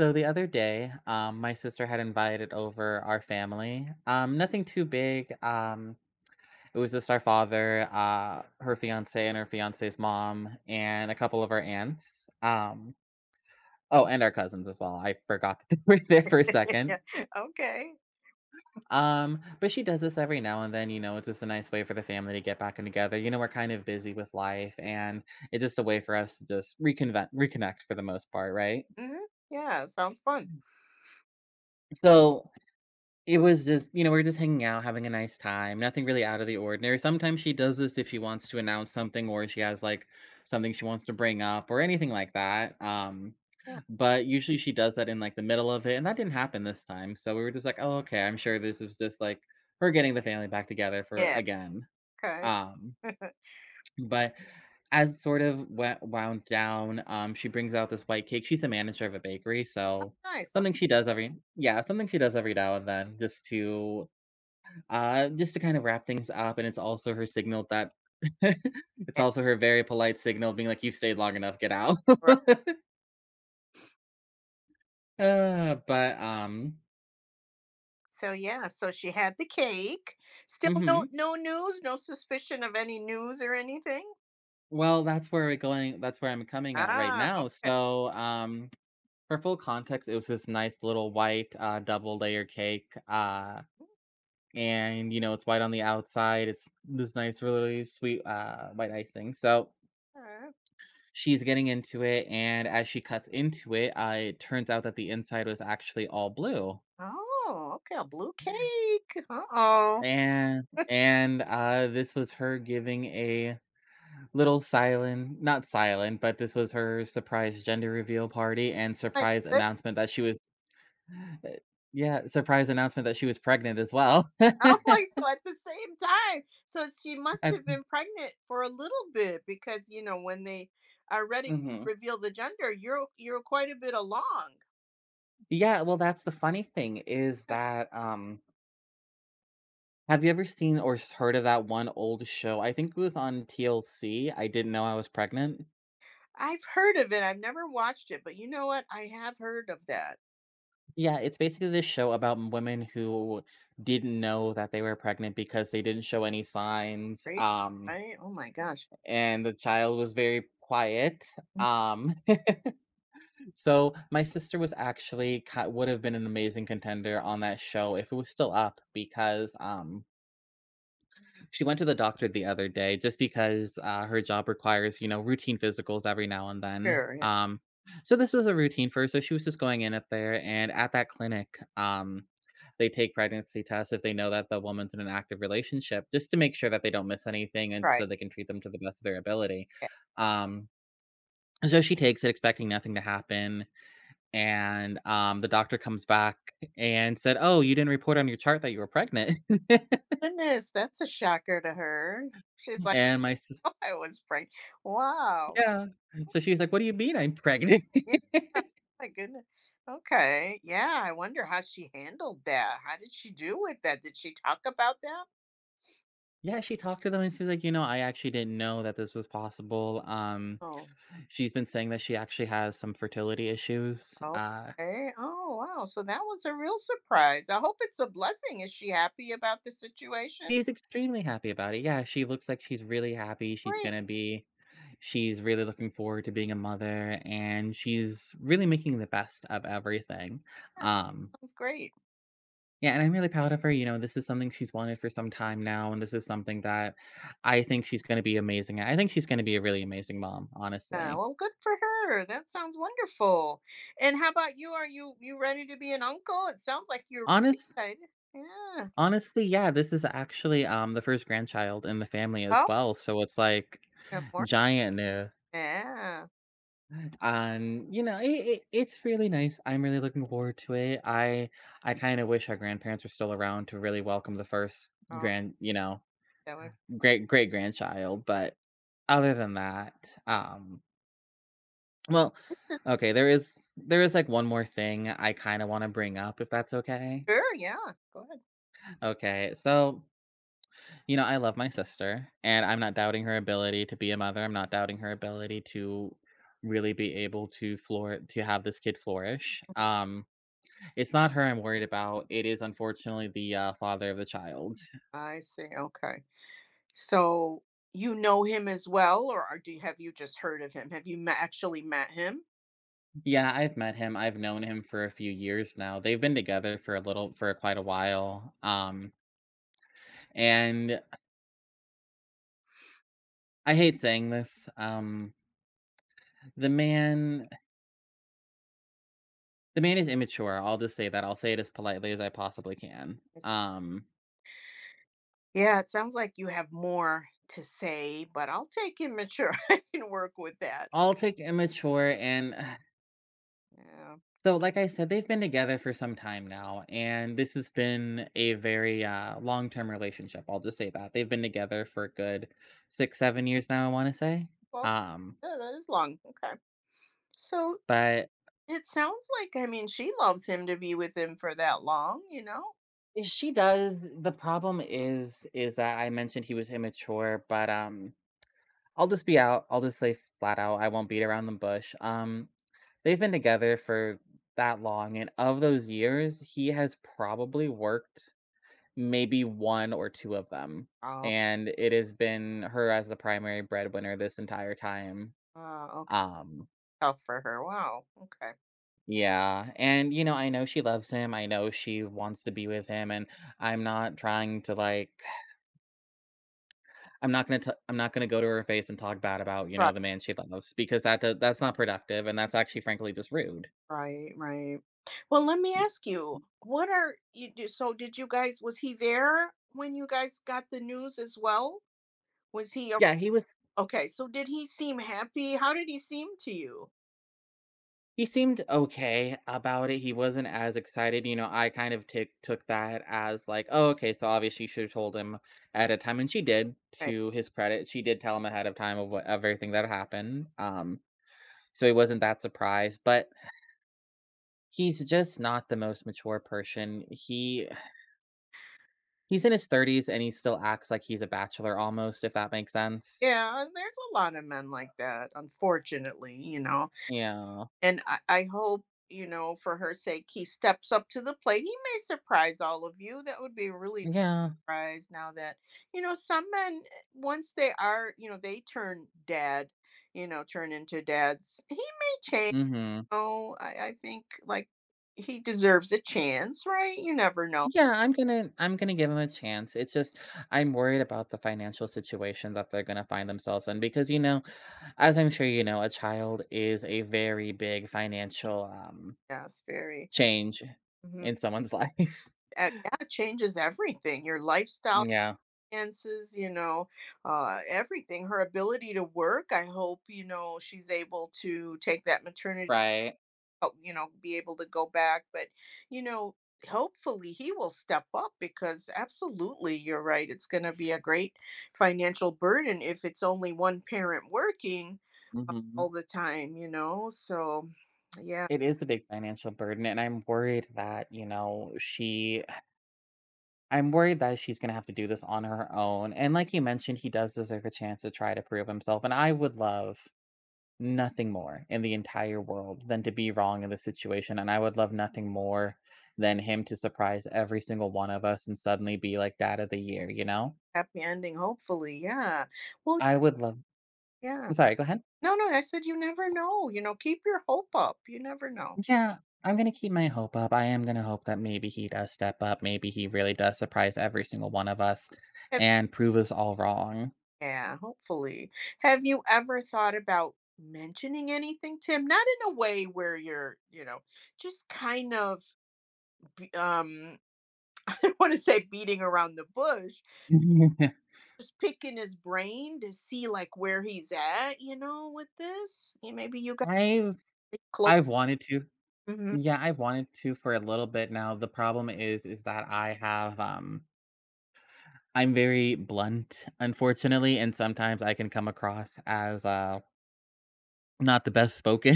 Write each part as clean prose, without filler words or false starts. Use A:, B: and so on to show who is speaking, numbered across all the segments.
A: So the other day, my sister had invited over our family. Nothing too big. It was just our father, her fiance, and her fiance's mom, and a couple of our aunts. Oh, and our cousins as well. I forgot that they were there for a second.
B: Yeah. Okay.
A: But she does this every now and then. You know, it's just a nice way for the family to get back in together. You know, we're kind of busy with life, and it's just a way for us to just reconnect for the most part, right?
B: Mhm. Yeah, sounds fun.
A: So it was just you know, we were just hanging out, having a nice time, nothing really out of the ordinary. Sometimes she does this if she wants to announce something or she has, like, something she wants to bring up or anything like that,
B: Yeah.
A: but usually she does that in, like, the middle of it, and that didn't happen this time, so we were just like, "Oh, okay, I'm sure this was just, like, her getting the family back together for
B: Yeah.
A: again."
B: Okay.
A: Um, but as sort of went wound down, she brings out this white cake. She's the manager of a bakery, so
B: Nice.
A: something she does every yeah, something she does every now and then just to kind of wrap things up, and it's also her signal that it's
B: Okay.
A: also her very polite signal being like, "You've stayed long enough, get out."
B: Right.
A: But,
B: So yeah, so she had the cake. Still mhm, no
A: mhm.
B: news, no suspicion of any news or anything?
A: Well, that's where I'm coming at right
B: Ah,
A: now. So, for full context, it was this nice little white, double layer cake, and, you know, it's white on the outside, it's this nice, really sweet, white icing, so
B: okay.
A: she's getting into it, and as she cuts into it, it turns out that the inside was actually all blue.
B: Oh, okay, a blue cake. Uh-oh.
A: And, this was her giving a little silent not silent, but this was her surprise gender reveal party and
B: Like
A: surprise
B: this.
A: announcement that she was uh, yeah, surprise announcement that she was pregnant as well.
B: Oh my, so at the same time. So she must
A: At
B: have been pregnant for a little bit, because you know when they are ready to
A: mhm.
B: reveal the gender, you're quite a bit along.
A: Yeah, well, that's the funny thing is that, have you ever seen or s heard of that one old show? I think it was on TLC, I Didn't Know I Was Pregnant.
B: I've heard of it. I've never watched it, but you know what? I have heard of that,
A: Yeah, it's basically this show about m women who didn't know that they were pregnant because they didn't show any signs,
B: right? Right? Oh my gosh.
A: and the child was very quiet,
B: Mm.
A: um, so my sister was actually ki would have been an amazing contender on that show if it was still up because, she went to the doctor the other day just because her job requires, you know, routine physicals every now and then.
B: Sure. Yeah.
A: So this was a routine for her. So she was just going in at there, and at that clinic, they take pregnancy tests if they know that the woman's in an active relationship, just to make sure that they don't miss anything, and
B: Right.
A: so they can treat them to the best of their ability.
B: Yeah.
A: Um, and so she takes it, expecting nothing to happen, and the doctor comes back and said, "Oh, you didn't report on your chart that you were pregnant."
B: Goodness, that's a shocker to her. She's like,
A: and my sis-
B: oh, I was pregnant. Wow.
A: Yeah. So she was like, "What do you mean I'm pregnant?"
B: Yeah. Oh, my goodness. Okay. Yeah. I wonder how she handled that. How did she do with that? Did she talk about that?
A: Yeah, she talked to them and she was like, "You know, I actually didn't know that this was possible."
B: Oh,
A: She's been saying that she actually has some fertility issues.
B: okay. Oh, wow. So that was a real surprise. I hope it's a blessing. Is she happy about the situation?
A: She's extremely happy about it. Yeah, she looks like she's really happy. She's
B: Great.
A: gonna be She's really looking forward to being a mother and she's really making the best of everything.
B: Yeah,
A: Um
B: sounds great.
A: Yeah, and I'm really proud of her, you know, this is something she's wanted for some time now, and this is something that I think she's gonna be amazing at. I think she's gonna be a really amazing mom,
B: Yeah,
A: honestly.
B: well, good for her. That sounds wonderful. And how about you? Are you ready to be an uncle? It sounds like you're really
A: Honest
B: excited. Yeah.
A: honestly, yeah, this is actually, the first grandchild in the family as
B: Oh,
A: well, so it's, like,
B: yeah, more.
A: giant new,
B: Yeah.
A: and, you know, it's really nice, I'm really looking forward to it. I kinda wish our grandparents were still around to really welcome the first
B: Oh,
A: grand you know,
B: that way.
A: great great-grandchild, but other than that, well, okay, there is, like, one more thing I kinda wanna bring up, if that's okay?
B: Sure. Yeah. Go ahead.
A: Okay, so, you know, I love my sister, and I'm not doubting her ability to be a mother, I'm not doubting her ability to really be able to flour to have this kid flourish. It's not her I'm worried about, it is unfortunately the, father of the child.
B: I see. Okay. So you know him as well, or are, do you, have you just heard of him? Have you ma- actually met him?
A: Yeah, I've met him, I've known him for a few years now, they've been together for a little for quite a while, and I hate saying this, the man is immature, I'll just say that, I'll say it as politely as I possibly can.
B: Yes. Yeah. It sounds like you have more to say, but I'll take him. Sure, I can work with that.
A: I'll take immature and
B: Yeah.
A: so like I said, they've been together for some time now, and this has been a very, long-term relationship, I'll just say that. They've been together for a good 6, 7 years now, I wanna say.
B: Well,
A: Um,
B: yeah, that is long. Okay. So
A: but
B: it sounds like, I mean, she loves him to be with him for that long, you know?
A: she does the problem is that I mentioned he was immature, but, I'll just be out. I'll just say flat out, I won't beat around the bush. They've been together for that long, and of those years, he has probably worked maybe one or two of them,
B: Oh,
A: and it has been her as the primary breadwinner this entire time.
B: okay.
A: Um,
B: Tough for her. Wow. Okay.
A: yeah, and you know, I know she loves him. I know she wants to be with him, and I'm not trying to like I'm not gonna go to her face and talk bad about, you know,
B: Right,
A: the man she loves because that's not productive and that's actually frankly just rude.
B: right, right. Well, let me ask you, what are you do? So, did you guys, was he there when you guys got the news as well? Was he a-
A: Yeah, he was
B: okay? So, did he seem happy? How did he seem to you?
A: he seemed okay about it. He wasn't as excited, you know, I kind of took that as like, "Oh, okay, so obviously she should've told him ahead of time," and she did,
B: Okay.
A: to his credit. She did tell him ahead of time of what of everything that happened, so he wasn't that surprised, but he's just not the most mature person. He's in his 30s and he still acts like he's a bachelor almost, if that makes sense.
B: Yeah, there's a lot of men like that, unfortunately, you know?
A: Yeah.
B: And I hope, you know, for her sake he steps up to the plate. He may surprise all of you. That would be really
A: Yeah.
B: surprised now that you know some men once they are, you know, they turn dad, you know, turn into dads, he may change.
A: Mhm.
B: I think like he deserves a chance, right? You never know.
A: I'm gonna give him a chance. It's just I'm worried about the financial situation that they're gonna find themselves in because, you know, as I'm sure you know, a child is a very big financial,
B: Yes, very.
A: change
B: Mhm.
A: in someone's life.
B: Yeah, it changes everything, your lifestyle,
A: Yeah.
B: finances, you know, everything. Her ability to work, I hope, you know, she's able to take that maternity
A: Right.
B: help, you know, be able to go back. But, you know, hopefully he will step up, because absolutely you're right. It's going to be a great financial burden if it's only one parent working
A: Mhm.
B: all the time, you know. So, yeah,
A: It is a big financial burden, and I'm worried that, you know, she I'm worried that she's gonna have to do this on her own, and like you mentioned, he does deserve a chance to try to prove himself, and I would love nothing more in the entire world than to be wrong in this situation, and I would love nothing more than him to surprise every single one of us and suddenly be, like, dad of the year, you know?
B: happy ending, hopefully. Yeah. Well,
A: I would love
B: yeah.
A: Sorry, go ahead.
B: No, no, I said you never know. You know, keep your hope up. You never know.
A: Yeah, I'm gonna keep my hope up. I am gonna hope that maybe he does step up. Maybe he really does surprise every single one of us and prove us all wrong.
B: Yeah, hopefully. Have you ever thought about mentioning anything, Tim? Not in a way where you're, you know, just kind of, be- um, I don't want to say beating around the bush, just picking his brain to see like where he's at, you know, with this. Yeah, maybe you got
A: I've
B: to close.
A: I've wanted to.
B: Mhm.
A: Yeah, I wanted to for a little bit now. The problem is that I have I'm very blunt, unfortunately, and sometimes I can come across as not the best spoken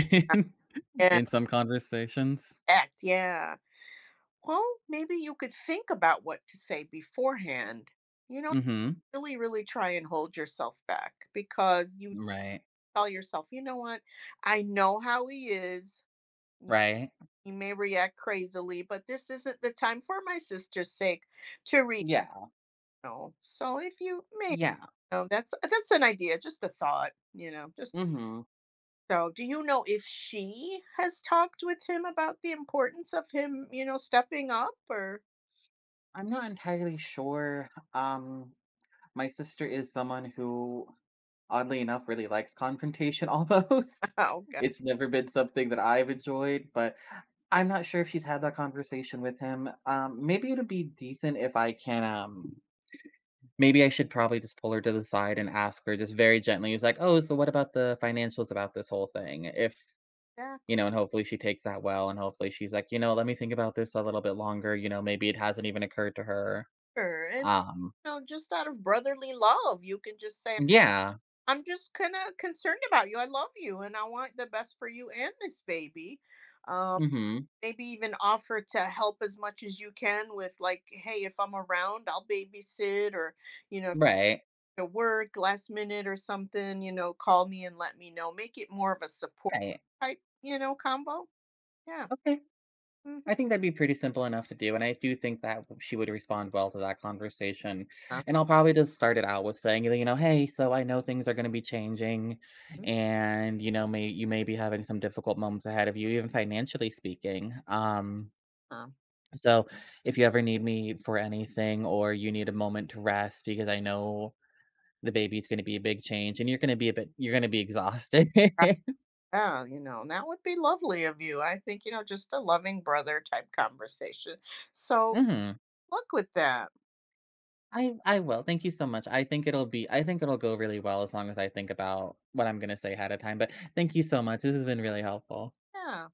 B: Yeah,
A: in some conversations.
B: act. Yeah. Well, maybe you could think about what to say beforehand. You know,
A: Mhm.
B: really, really try and hold yourself back, because you
A: Right.
B: tell yourself, you know what? I know how he is. y-
A: Right.
B: He may react crazily, but this isn't the time for my sister's sake to read.
A: Yeah.
B: No. So if you may, you
A: Yeah.
B: know, that's an idea, just a thought, you know, just
A: Mhm.
B: so do you know if she has talked with him about the importance of him, you know, stepping up or
A: I'm not entirely sure. My sister is someone who, oddly enough, really likes confrontation almost.
B: oh god
A: It's never been something that I've enjoyed, but I'm not sure if she's had that conversation with him. Maybe it'd be decent if I can. Maybe I should probably just pull her to the side and ask her just very gently. He's like, "Oh, so what about the financials about this whole thing?" If you
B: exactly.
A: know, and hopefully she takes that well, and hopefully she's like, you know, let me think about this a little bit longer. You know, maybe it hasn't even occurred to her.
B: Sure. And
A: Um,
B: you know, just out of brotherly love, you can just say
A: Yeah.
B: I'm just kind of concerned about you. I love you and I want the best for you and this baby. Um,
A: Mhm.
B: maybe even offer to help as much as you can with, like, hey, if I'm around, I'll babysit or, you know, if
A: Right.
B: to work last minute or something, you know, call me and let me know. Make it more of a support
A: Right.
B: type, you know, combo. Yeah.
A: Okay.
B: Mhm.
A: I think that'd be pretty simple enough to do, and I do think that she would respond well to that conversation.
B: Uh,
A: And I'll probably just start it out with saying, you know, hey, so I know things are going to be changing,
B: mm,
A: and you know, may you may be having some difficult moments ahead of you, even financially speaking.
B: uh,
A: So if you ever need me for anything, or you need a moment to rest, because I know the baby's going to be a big change, and you're going to be exhausted.
B: Yeah, you know, and that would be lovely of you. I think, you know, just a loving brother type conversation. So
A: hmm
B: look with that.
A: I will, thank you so much. I think it'll go really well as long as I think about what I'm gonna say ahead of time, but thank you so much. This has been really helpful.
B: Yeah.